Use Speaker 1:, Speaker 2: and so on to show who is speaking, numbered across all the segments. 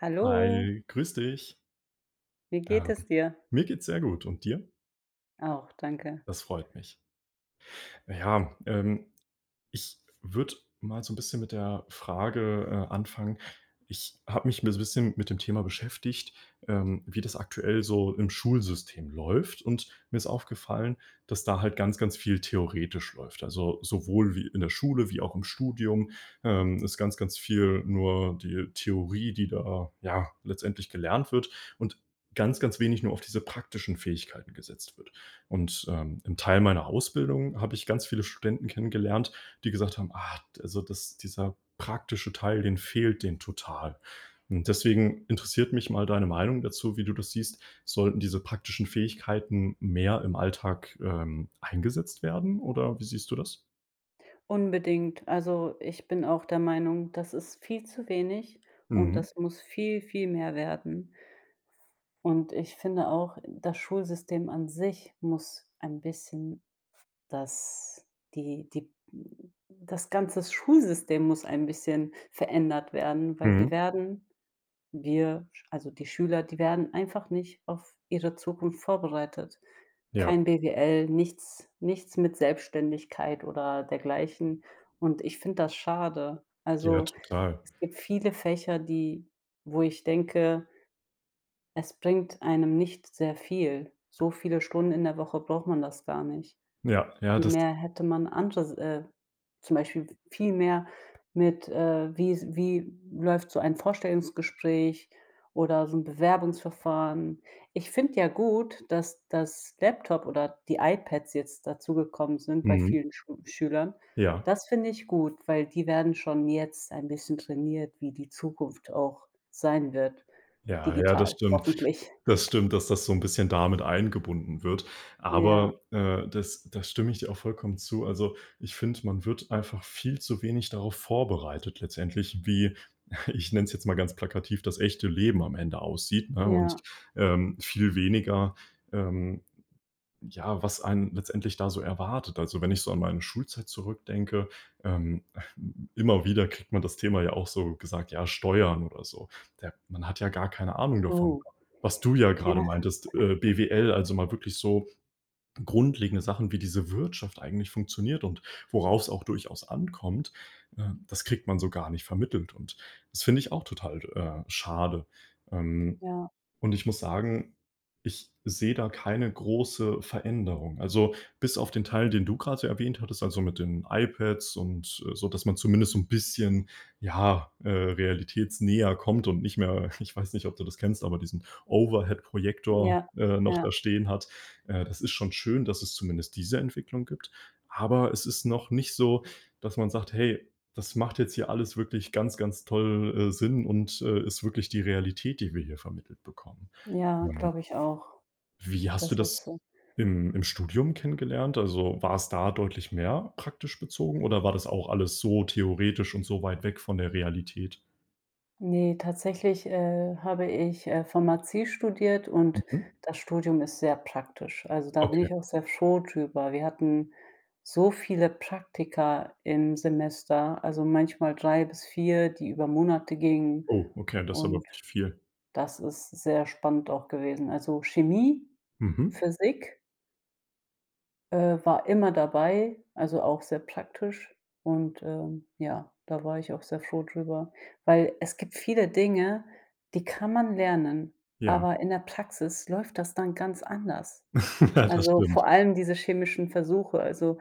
Speaker 1: Hallo,
Speaker 2: Hi, grüß dich.
Speaker 1: wie geht
Speaker 2: Ähm.
Speaker 1: es dir?
Speaker 2: Mir geht's sehr gut und dir?
Speaker 1: Auch, danke.
Speaker 2: Das freut mich. Ja, ich würde mal so ein bisschen mit der Frage anfangen. Ich habe mich mi so bisschen mit dem Thema beschäftigt, wie das aktuell so im Schulsystem läuft, und mir ist aufgefallen, dass da halt ganz, ganz viel theoretisch läuft. Also, sowohl wie in der Schule wie auch im Studium, ist ganz, ganz viel nur die Theorie, die da, ja, letztendlich gelernt wird, und ganz, ganz wenig nur auf diese praktischen Fähigkeiten gesetzt wird. Und im Teil meiner Ausbildung habe ich ganz viele Studenten kennengelernt, die gesagt haben: „Ah, also das dieser praktische Teil, den fehlt den total.“ Und deswegen interessiert mich mal deine Meinung dazu, wie du das siehst. Sollten diese praktischen Fähigkeiten mehr im Alltag eingesetzt werden, oder wie siehst du das?
Speaker 1: Unbedingt. Also, ich bin auch der Meinung, das ist viel zu wenig und
Speaker 2: Mhm,
Speaker 1: das muss viel, viel mehr werden. Und ich finde auch, das Schulsystem an sich muss ein bisschen das die das ganze Schulsystem muss ein bisschen verändert werden, weil
Speaker 2: mhm,
Speaker 1: wir werden Wir also, die Schüler, die werden einfach nicht auf ihre Zukunft vorbereitet. Kein
Speaker 2: ja,
Speaker 1: BWL, nichts mit Selbstständigkeit oder dergleichen. Und ich finde das schade.
Speaker 2: ja,
Speaker 1: Also,
Speaker 2: total.
Speaker 1: es gibt viele Fächer, die wo ich denke, es bringt einem nicht sehr viel. So viele Stunden in der Woche braucht man das gar nicht.
Speaker 2: Ja, ja,
Speaker 1: Viel
Speaker 2: das
Speaker 1: mehr hätte man andere, zum Beispiel viel mehr mit, wie s wie läuft so ein Vorstellungsgespräch oder so ein Bewerbungsverfahren. Ich finde ja gut, dass das Laptop oder die iPads jetzt dazugekommen sind bei
Speaker 2: mhm,
Speaker 1: vielen Schu Schülern.
Speaker 2: ja.
Speaker 1: Das finde ich gut, weil die werden schon jetzt ein bisschen trainiert, wie die Zukunft auch sein wird,
Speaker 2: Ja, ja, das
Speaker 1: digital,
Speaker 2: stimmt.
Speaker 1: hoffentlich.
Speaker 2: Das stimmt, dass das so 'n bisschen damit eingebunden wird.
Speaker 1: Ja,
Speaker 2: Aber, das da stimme ich dir auch vollkommen zu. Also, ich finde, man wird einfach viel zu wenig darauf vorbereitet letztendlich, wie ich nenne es jetzt mal ganz plakativ, das echte Leben am Ende aussieht, ne? Und,
Speaker 1: ja.
Speaker 2: ähm, viel weniger, ähm ja, was einen letztendlich da so erwartet. Also, wenn ich so an meine Schulzeit zurückdenke, ähm, immer wieder kriegt man das Thema ja auch so gesagt, ja, Steuern oder so. Der man hat ja gar keine Ahnung davon.
Speaker 1: Oh,
Speaker 2: Was du ja gerade
Speaker 1: ja,
Speaker 2: meintest, BWL, also mal wirklich so grundlegende Sachen, wie diese Wirtschaft eigentlich funktioniert und worauf's auch durchaus ankommt, das kriegt man so gar nicht vermittelt, und das finde ich auch total schade. Ähm
Speaker 1: ja,
Speaker 2: und ich muss sagen, ich sehe da keine große Veränderung. Also, bis auf den Teil, den du gerade so erwähnt hattest, also mit den iPads und so, dass man zumindest so 'n bisschen, ja realitätsnäher kommt, und nicht mehr ich weiß nicht, ob du das kennst, aber diesen Overhead-Projektor
Speaker 1: ja,
Speaker 2: noch
Speaker 1: ja.
Speaker 2: da stehen hat. Das ist schon schön, dass es zumindest diese Entwicklung gibt, aber es ist noch nicht so, dass man sagt: „Hey“, das macht jetzt hier alles wirklich ganz, ganz toll Sinn und ist wirklich die Realität, die wir hier vermittelt bekommen.
Speaker 1: Ja,
Speaker 2: Ähm,
Speaker 1: glaube ich auch.
Speaker 2: wie hast du
Speaker 1: Das ist
Speaker 2: das
Speaker 1: so.
Speaker 2: im im Studium kennengelernt? Also, war es da deutlich mehr praktisch bezogen, oder war das auch alles so theoretisch und so weit weg von der Realität?
Speaker 1: Ne, tatsächlich, habe ich, Pharmazie studiert und
Speaker 2: Mhm.
Speaker 1: das Studium ist sehr praktisch. Also, da bin
Speaker 2: Okay.
Speaker 1: ich auch sehr froh drüber. Wir hatten so viele Praktika im Semester, also manchmal 3 bis 4, die über Monate gingen
Speaker 2: Oh, okay, das ist aber
Speaker 1: und
Speaker 2: wirklich viel.
Speaker 1: das ist sehr spannend auch gewesen. Also Chemie,
Speaker 2: Mhm.
Speaker 1: Physik war immer dabei, also auch sehr praktisch und, ja, da war ich auch sehr froh drüber, weil es gibt viele Dinge, die kann man lernen,
Speaker 2: Ja,
Speaker 1: aber in der Praxis läuft das dann ganz anders.
Speaker 2: ja, das
Speaker 1: Also,
Speaker 2: stimmt.
Speaker 1: vor allem diese chemischen Versuche, also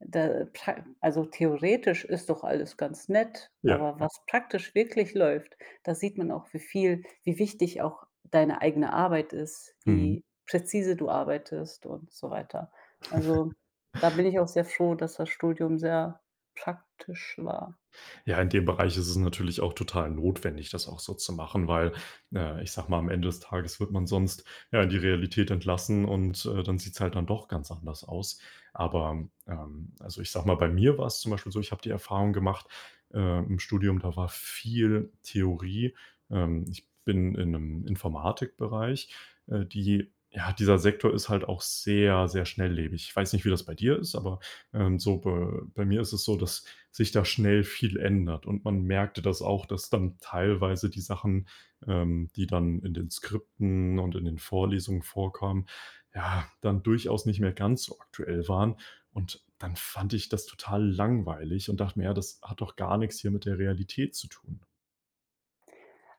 Speaker 1: da pra also, theoretisch ist doch alles ganz nett,
Speaker 2: Ja,
Speaker 1: aber
Speaker 2: ja.
Speaker 1: was praktisch wirklich läuft, da sieht man auch, wie viel wie wichtig auch deine eigene Arbeit ist,
Speaker 2: Mhm.
Speaker 1: wie präzise du arbeitest und so weiter. Also, da bin ich auch sehr froh, dass das Studium sehr praktisch war.
Speaker 2: Ja, in dem Bereich ist es natürlich auch total notwendig, das auch so zu machen, weil ich sage mal, am Ende des Tages wird man sonst, ja, in die Realität entlassen, und dann sieht's halt dann doch ganz anders aus. Aber also, ich sage mal, bei mir war es zum Beispiel so, ich habe die Erfahrung gemacht, im Studium, da war viel Theorie. Ich bin in einem Informatikbereich, die ja, dieser Sektor ist halt auch sehr, sehr schnelllebig. Ich weiß nicht, wie das bei dir ist, aber, so be bei mir ist es so, dass sich da schnell viel ändert. Und man merkte das auch, dass dann teilweise die Sachen, die dann in den Skripten und in den Vorlesungen vorkamen, ja, dann durchaus nicht mehr ganz so aktuell waren. Und dann fand ich das total langweilig und dachte mir: „Ja, das hat doch gar nichts hier mit der Realität zu tun.“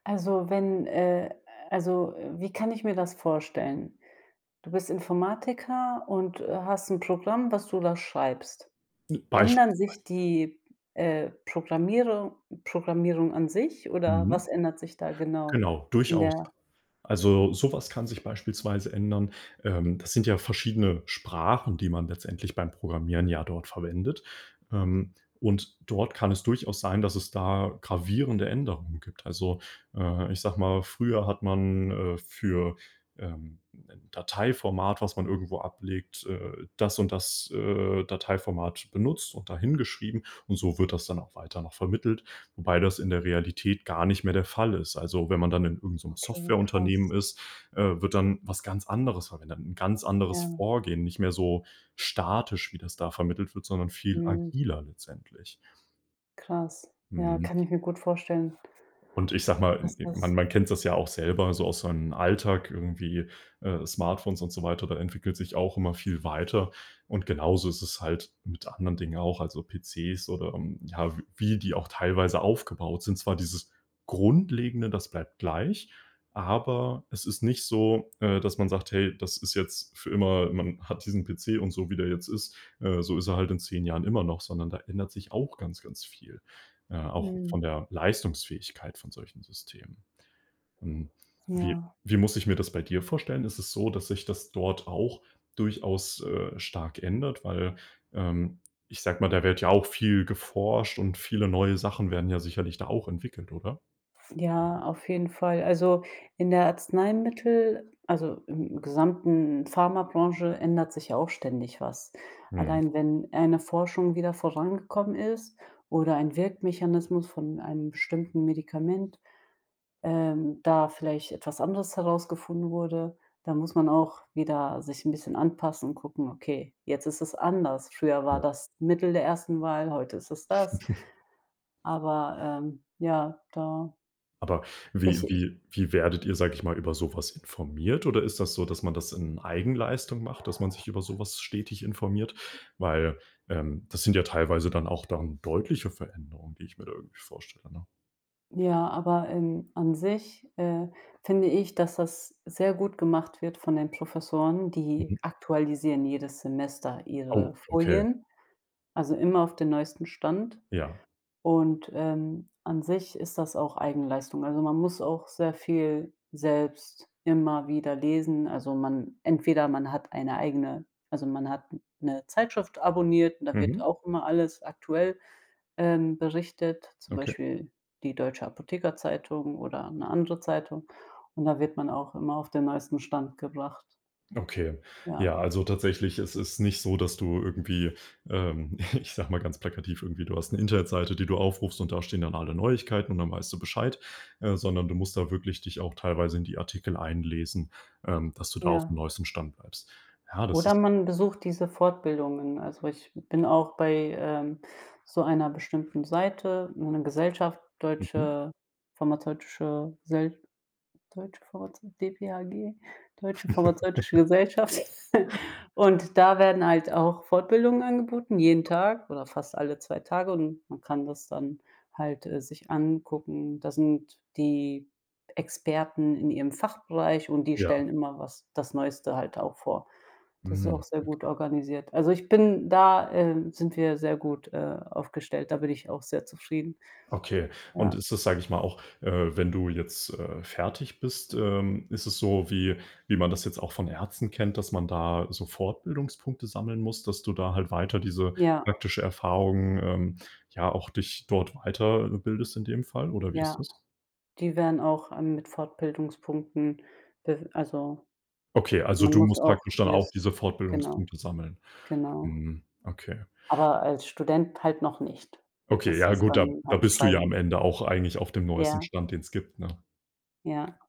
Speaker 1: Also, wenn also, wie kann ich mir das vorstellen? Du bist Informatiker und, hast ein Programm, was du da schreibst.
Speaker 2: Hm.
Speaker 1: Ändern
Speaker 2: Beispielsweise.
Speaker 1: sich die, Programmierer Programmierung an sich oder was
Speaker 2: Mhm.
Speaker 1: ändert sich da genau
Speaker 2: Genau,
Speaker 1: in
Speaker 2: durchaus.
Speaker 1: der
Speaker 2: Also, sowas kann sich beispielsweise ändern. Das sind ja verschiedene Sprachen, die man letztendlich beim Programmieren ja dort verwendet. Ähm, und dort kann es durchaus sein, dass es da gravierende Änderungen gibt. Also ich sage mal, früher hat man für, 'nen Dateiformat, was man irgendwo ablegt das und das Dateiformat benutzt und dahin geschrieben. Und so wird das dann auch weiter noch vermittelt. Wobei das in der Realität gar nicht mehr der Fall ist. Also, wenn man dann in irgendeinem so 'nem
Speaker 1: okay, krass.
Speaker 2: Softwareunternehmen ist, wird dann was ganz anderes verwendet, ein ganz anderes
Speaker 1: Ja,
Speaker 2: Vorgehen, nicht mehr so statisch, wie das da vermittelt wird, sondern viel
Speaker 1: mhm,
Speaker 2: agiler letztendlich.
Speaker 1: krass. Ja,
Speaker 2: Mhm.
Speaker 1: kann ich mir gut vorstellen,
Speaker 2: Und ich sag mal,
Speaker 1: dass
Speaker 2: man
Speaker 1: das
Speaker 2: man kennt das ja auch selber so aus seinem Alltag irgendwie, Smartphones und so weiter, da entwickelt sich auch immer viel weiter. Und genauso ist es halt mit anderen Dingen auch, also PCs oder, ja, w wie die auch teilweise aufgebaut sind. Zwar dieses Grundlegende, das bleibt gleich, aber es ist nicht so dass man sagt: „Hey, das ist jetzt für immer, man hat diesen PC, und so wie der jetzt ist, so ist er halt in 10 Jahren immer noch“, sondern da ändert sich auch ganz, ganz viel. Auch
Speaker 1: mhm,
Speaker 2: von der Leistungsfähigkeit von solchen Systemen. Hm, wie
Speaker 1: ja.
Speaker 2: wie muss ich mir das bei dir vorstellen? Ist es so, dass sich das dort auch durchaus stark ändert? Weil, ähm, ich sage mal, da wird ja auch viel geforscht, und viele neue Sachen werden ja sicherlich da auch entwickelt, oder?
Speaker 1: Ja, auf jeden Fall. Also, in der Arzneimittel also, im gesamten Pharmabranche ändert sich ja auch ständig was.
Speaker 2: Mhm.
Speaker 1: Allein wenn eine Forschung wieder vorangekommen ist oder ein Wirkmechanismus von einem bestimmten Medikament da vielleicht etwas anderes herausgefunden wurde, da muss man auch wieder sich ein bisschen anpassen und gucken: „Okay, jetzt ist es anders. Früher war
Speaker 2: Ja.
Speaker 1: das Mittel der ersten Wahl, heute ist es das.“ Aber, ja, da
Speaker 2: Aber
Speaker 1: ich
Speaker 2: wie werdet ihr, sage ich mal, über sowas informiert, oder ist das so, dass man das in Eigenleistung macht, dass man sich über sowas stetig informiert? Weil, das sind ja teilweise dann auch dann deutliche Veränderungen, die ich mir da irgendwie vorstelle, ne?
Speaker 1: ja, aber, an sich, finde ich, dass das sehr gut gemacht wird von den Professoren. Die
Speaker 2: Mhm.
Speaker 1: aktualisieren jedes Semester ihre
Speaker 2: Oh, okay,
Speaker 1: Folien, also immer auf den neuesten Stand.
Speaker 2: ja.
Speaker 1: Und, an sich ist das auch Eigenleistung. Also, man muss auch sehr viel selbst immer wieder lesen. Also, man entweder man hat eine eigene also, man hat eine Zeitschrift abonniert und da wird
Speaker 2: Mhm.
Speaker 1: auch immer alles aktuell, berichtet, zum
Speaker 2: Okay.
Speaker 1: Beispiel die Deutsche Apothekerzeitung oder eine andere Zeitung. Und da wird man auch immer auf den neuesten Stand gebracht.
Speaker 2: Okay.
Speaker 1: Ja,
Speaker 2: Ja, also tatsächlich, es ist nicht so, dass du irgendwie, ich sage mal ganz plakativ, irgendwie, du hast eine Internetseite, die du aufrufst, und da stehen dann alle Neuigkeiten und dann weißt du Bescheid, sondern du musst da wirklich dich auch teilweise in die Artikel einlesen, dass du da auf
Speaker 1: ja.
Speaker 2: dem neuesten Stand bleibst. Ja, das
Speaker 1: Oder
Speaker 2: ist
Speaker 1: man besucht diese Fortbildungen. Also, ich bin auch bei, so einer bestimmten Seite, einer Gesellschaft,
Speaker 2: mhm,
Speaker 1: Deutsche Pharmazeutische Gesell Deutsche Pharmazeu DPHG, Deutsche Pharmazeutische Gesellschaft. Und da werden halt auch Fortbildungen angeboten, jeden Tag oder fast alle 2 Tage und man kann das dann halt, sich angucken. Da sind die Experten in ihrem Fachbereich und die stellen
Speaker 2: ja.
Speaker 1: immer was das Neueste halt auch vor. Das ist auch
Speaker 2: Mhm.
Speaker 1: sehr gut organisiert. Also, ich bin da, sind wir sehr gut, aufgestellt. Da bin ich auch sehr zufrieden.
Speaker 2: Okay. Und
Speaker 1: Ja,
Speaker 2: ist das, sage ich mal, auch wenn du jetzt fertig bist, ist es so, wie wie man das jetzt auch von Ärzten kennt, dass man da so Fortbildungspunkte sammeln muss, dass du da halt weiter diese
Speaker 1: ja,
Speaker 2: praktische Erfahrung, ja, auch dich dort weiter bildest in dem Fall, oder wie ist
Speaker 1: ja.
Speaker 2: das?
Speaker 1: Die werden auch, mit Fortbildungspunkten be also,
Speaker 2: Okay, also
Speaker 1: man
Speaker 2: du
Speaker 1: muss
Speaker 2: musst
Speaker 1: auch
Speaker 2: praktisch dann auch
Speaker 1: jedes
Speaker 2: diese
Speaker 1: genau,
Speaker 2: Fortbildungspunkte sammeln.
Speaker 1: genau.
Speaker 2: Mhm, okay.
Speaker 1: Aber als Student halt noch nicht.
Speaker 2: Okay,
Speaker 1: Das
Speaker 2: ja
Speaker 1: ist
Speaker 2: gut, da
Speaker 1: dann
Speaker 2: da
Speaker 1: halt
Speaker 2: bist du ja am
Speaker 1: freiwillig.
Speaker 2: Ende auch eigentlich auf dem neuesten
Speaker 1: Ja,
Speaker 2: Stand, den es gibt, ne?
Speaker 1: ja,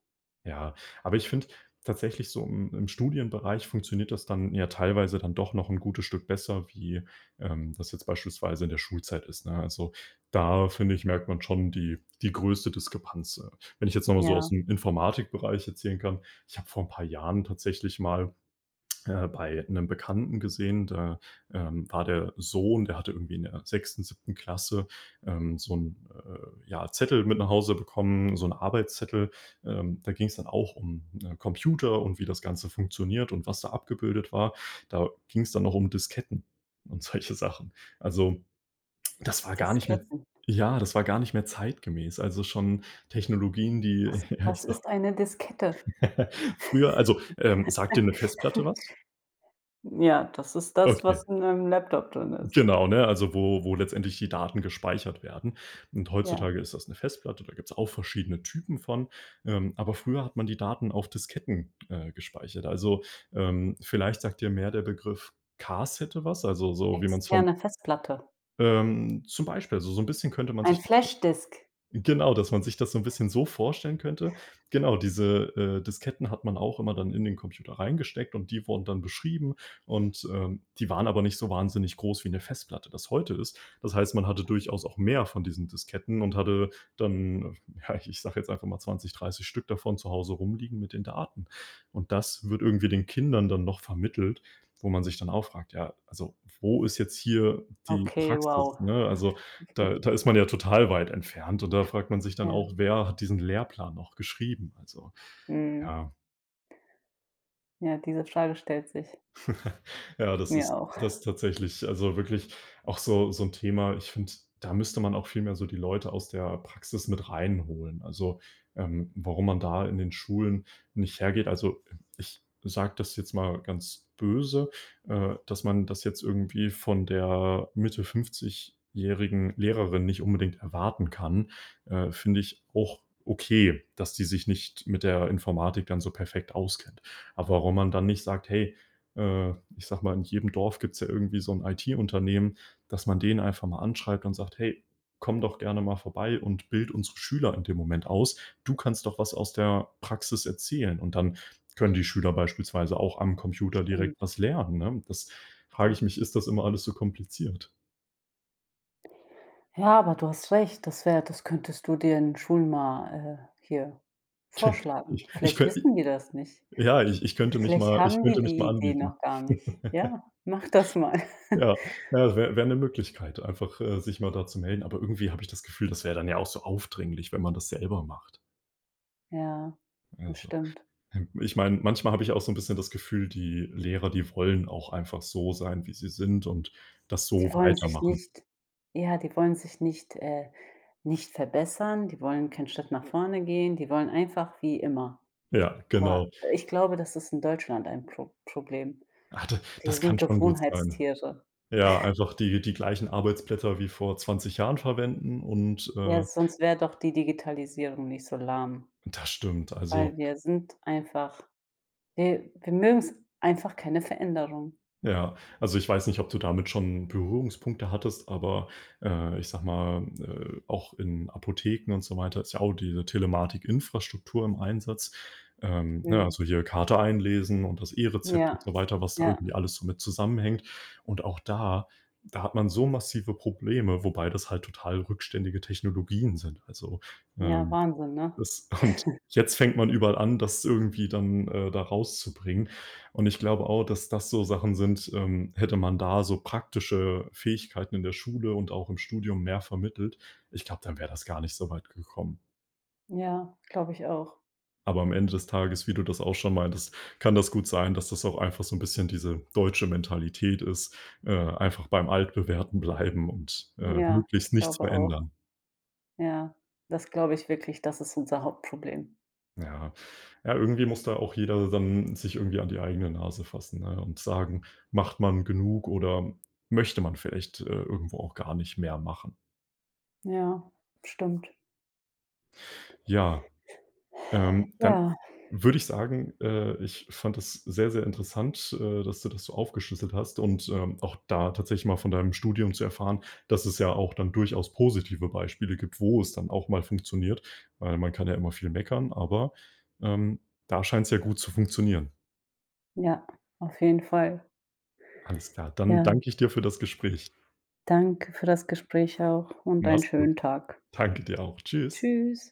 Speaker 2: Ja, aber ich finde tatsächlich so im im Studienbereich funktioniert das dann ja teilweise dann doch noch ein gutes Stück besser, wie, das jetzt beispielsweise in der Schulzeit ist, ne? Also, da finde ich, merkt man schon die die größte Diskrepanz. Wenn ich jetzt noch mal so aus
Speaker 1: ja.
Speaker 2: dem Informatikbereich erzählen kann, ich habe vor ein paar Jahren tatsächlich mal bei einem Bekannten gesehen. Da, war der Sohn, der hatte irgendwie in der sechsten, siebten Klasse, so einen ja, Zettel mit nach Hause bekommen, so einen Arbeitszettel. Da ging es dann auch um Computer und wie das Ganze funktioniert und was da abgebildet war. Da ging es dann noch um Disketten und solche Sachen. Also, das war gar nicht mehr
Speaker 1: Disketten.
Speaker 2: ja, das war gar nicht mehr zeitgemäß. Also, schon Technologien, die
Speaker 1: Was
Speaker 2: ja, ich
Speaker 1: was
Speaker 2: sage
Speaker 1: ist eine Diskette?
Speaker 2: früher also, sagt dir eine Festplatte was?
Speaker 1: Ja, das ist das, was
Speaker 2: Okay.
Speaker 1: in einem Laptop drin ist.
Speaker 2: Genau, ne? Also, wo wo letztendlich die Daten gespeichert werden. Und
Speaker 1: Ja.
Speaker 2: heutzutage ist das eine Festplatte, da gibt's auch verschiedene Typen von. Aber früher hat man die Daten auf Disketten gespeichert. Also, vielleicht sagt dir mehr der Begriff Cassette was, also so, wie man's vom
Speaker 1: Externe Festplatte.
Speaker 2: zum Beispiel, also so ein bisschen könnte man
Speaker 1: Ein
Speaker 2: sich das
Speaker 1: Flashdisk.
Speaker 2: Genau, dass man sich das so 'n bisschen so vorstellen könnte. Genau, diese Disketten hat man auch immer dann in den Computer reingesteckt, und die wurden dann beschrieben und, die waren aber nicht so wahnsinnig groß, wie 'ne Festplatte das heute ist. Das heißt, man hatte durchaus auch mehr von diesen Disketten und hatte dann ja, ich sage jetzt einfach mal 20, 30 Stück davon zu Hause rumliegen mit den Daten. Und das wird irgendwie den Kindern dann noch vermittelt, wo man sich dann auch fragt: „Ja, also, wo ist jetzt hier die
Speaker 1: Okay,
Speaker 2: Praxis“,
Speaker 1: wow.
Speaker 2: ne? Also da ist man ja total weit entfernt, und da fragt man sich
Speaker 1: Ja,
Speaker 2: dann auch: „Wer hat diesen Lehrplan noch geschrieben?“ Also,
Speaker 1: mhm.
Speaker 2: ja.
Speaker 1: Ja, diese Frage stellt sich
Speaker 2: Ja, das
Speaker 1: mir
Speaker 2: ist
Speaker 1: auch.
Speaker 2: das tatsächlich also wirklich auch so so ein Thema. Ich finde, da müsste man auch viel mehr so die Leute aus der Praxis mit reinholen. Also, warum man da in den Schulen nicht hergeht. Also, ich sage das jetzt mal ganz böse, dass man das jetzt irgendwie von der Mitte fünfzigjährigen Lehrerin nicht unbedingt erwarten kann, finde ich auch okay, dass die sich nicht mit der Informatik dann so perfekt auskennt. Aber warum man dann nicht sagt: „Hey, äh, ich sage mal, in jedem Dorf gibt's ja irgendwie so 'n IT-Unternehmen, dass man den einfach mal anschreibt und sagt: „Hey, komm doch gerne mal vorbei und bild unsere Schüler in dem Moment aus. Du kannst doch was aus der Praxis erzählen.“ Und dann können die Schüler beispielsweise auch am Computer direkt
Speaker 1: Stimmt,
Speaker 2: was lernen, ne? Das frage
Speaker 1: ja.
Speaker 2: ich mich, ist das immer alles so kompliziert?
Speaker 1: Ja, aber du hast recht, das wäre das könntest du den Schulen mal, hier
Speaker 2: Ke
Speaker 1: vorschlagen.
Speaker 2: Ich ich
Speaker 1: Vielleicht
Speaker 2: könnt
Speaker 1: wissen die das nicht.
Speaker 2: ja, ich könnte mich
Speaker 1: Vielleicht
Speaker 2: mal ich
Speaker 1: haben die
Speaker 2: könnte mich
Speaker 1: die
Speaker 2: mal
Speaker 1: Idee
Speaker 2: anbieten.
Speaker 1: noch gar nicht. Ja, mach das mal.
Speaker 2: Ja, ja, wäre 'ne Möglichkeit, einfach sich mal da zu melden, aber irgendwie habe ich das Gefühl, das wäre dann ja auch so aufdringlich, wenn man das selber macht.
Speaker 1: Ja, das
Speaker 2: Also,
Speaker 1: stimmt.
Speaker 2: ich meine, manchmal habe ich auch so ein bisschen das Gefühl, die Lehrer, die wollen auch einfach so sein, wie sie sind, und das
Speaker 1: Die
Speaker 2: so
Speaker 1: wollen sich
Speaker 2: weitermachen.
Speaker 1: nicht ja, die wollen sich nicht nicht verbessern, die wollen keinen Schritt nach vorne gehen, die wollen einfach wie immer.
Speaker 2: Ja,
Speaker 1: Aber
Speaker 2: genau.
Speaker 1: ich glaube, das ist in Deutschland ein Pro Problem.
Speaker 2: Ah, da
Speaker 1: Wir
Speaker 2: das
Speaker 1: sind
Speaker 2: kann schon gut sein.
Speaker 1: Gewohnheitstiere.
Speaker 2: Ja, einfach die die gleichen Arbeitsblätter wie vor 20 Jahren verwenden und
Speaker 1: Ja, sonst wäre doch die Digitalisierung nicht so lahm,
Speaker 2: das stimmt. Also,
Speaker 1: weil wir sind einfach wir mögen es einfach keine Veränderung.
Speaker 2: ja, also ich weiß nicht, ob du damit schon Berührungspunkte hattest, aber ich sage mal auch in Apotheken und so weiter ist ja auch diese Telematikinfrastruktur im Einsatz. Ne,
Speaker 1: Mhm.
Speaker 2: also hier Karte einlesen und das E-Rezept und
Speaker 1: Ja,
Speaker 2: so weiter, was da
Speaker 1: ja,
Speaker 2: irgendwie alles so mit zusammenhängt. Und auch da hat man so massive Probleme, wobei das halt total rückständige Technologien sind. Also,
Speaker 1: ja,
Speaker 2: ähm
Speaker 1: Wahnsinn, ne?
Speaker 2: das und jetzt fängt man überall an, das irgendwie dann da rauszubringen. Und ich glaube auch, dass das so Sachen sind, hätte man da so praktische Fähigkeiten in der Schule und auch im Studium mehr vermittelt, ich glaube, dann wäre das gar nicht so weit gekommen.
Speaker 1: Ja, glaube ich auch.
Speaker 2: Aber am Ende des Tages, wie du das auch schon meintest, kann das gut sein, dass das auch einfach so ein bisschen diese deutsche Mentalität ist, einfach beim Altbewährten bleiben und
Speaker 1: Ja, ich
Speaker 2: möglichst nichts
Speaker 1: glaube auch.
Speaker 2: verändern.
Speaker 1: Ja, das glaube ich wirklich, das ist unser Hauptproblem.
Speaker 2: Ja. Ja, irgendwie muss da auch jeder dann sich irgendwie an die eigene Nase fassen, ne, und sagen: „Macht man genug oder möchte man vielleicht irgendwo auch gar nicht mehr machen?“
Speaker 1: Ja, stimmt.
Speaker 2: Ja, dann
Speaker 1: Ja,
Speaker 2: würde ich sagen, ich fand das sehr, sehr interessant, dass du das so aufgeschlüsselt hast und, auch da tatsächlich mal von deinem Studium zu erfahren, dass es ja auch dann durchaus positive Beispiele gibt, wo es dann auch mal funktioniert, weil man kann ja immer viel meckern, aber, ähm, da scheint es ja gut zu funktionieren.
Speaker 1: ja, auf jeden Fall.
Speaker 2: Alles klar. Dann
Speaker 1: Ja,
Speaker 2: danke ich dir für das Gespräch.
Speaker 1: danke für das Gespräch auch und einen
Speaker 2: Mach's gut.
Speaker 1: schönen Tag.
Speaker 2: Danke dir auch. Tschüss.
Speaker 1: Tschüss.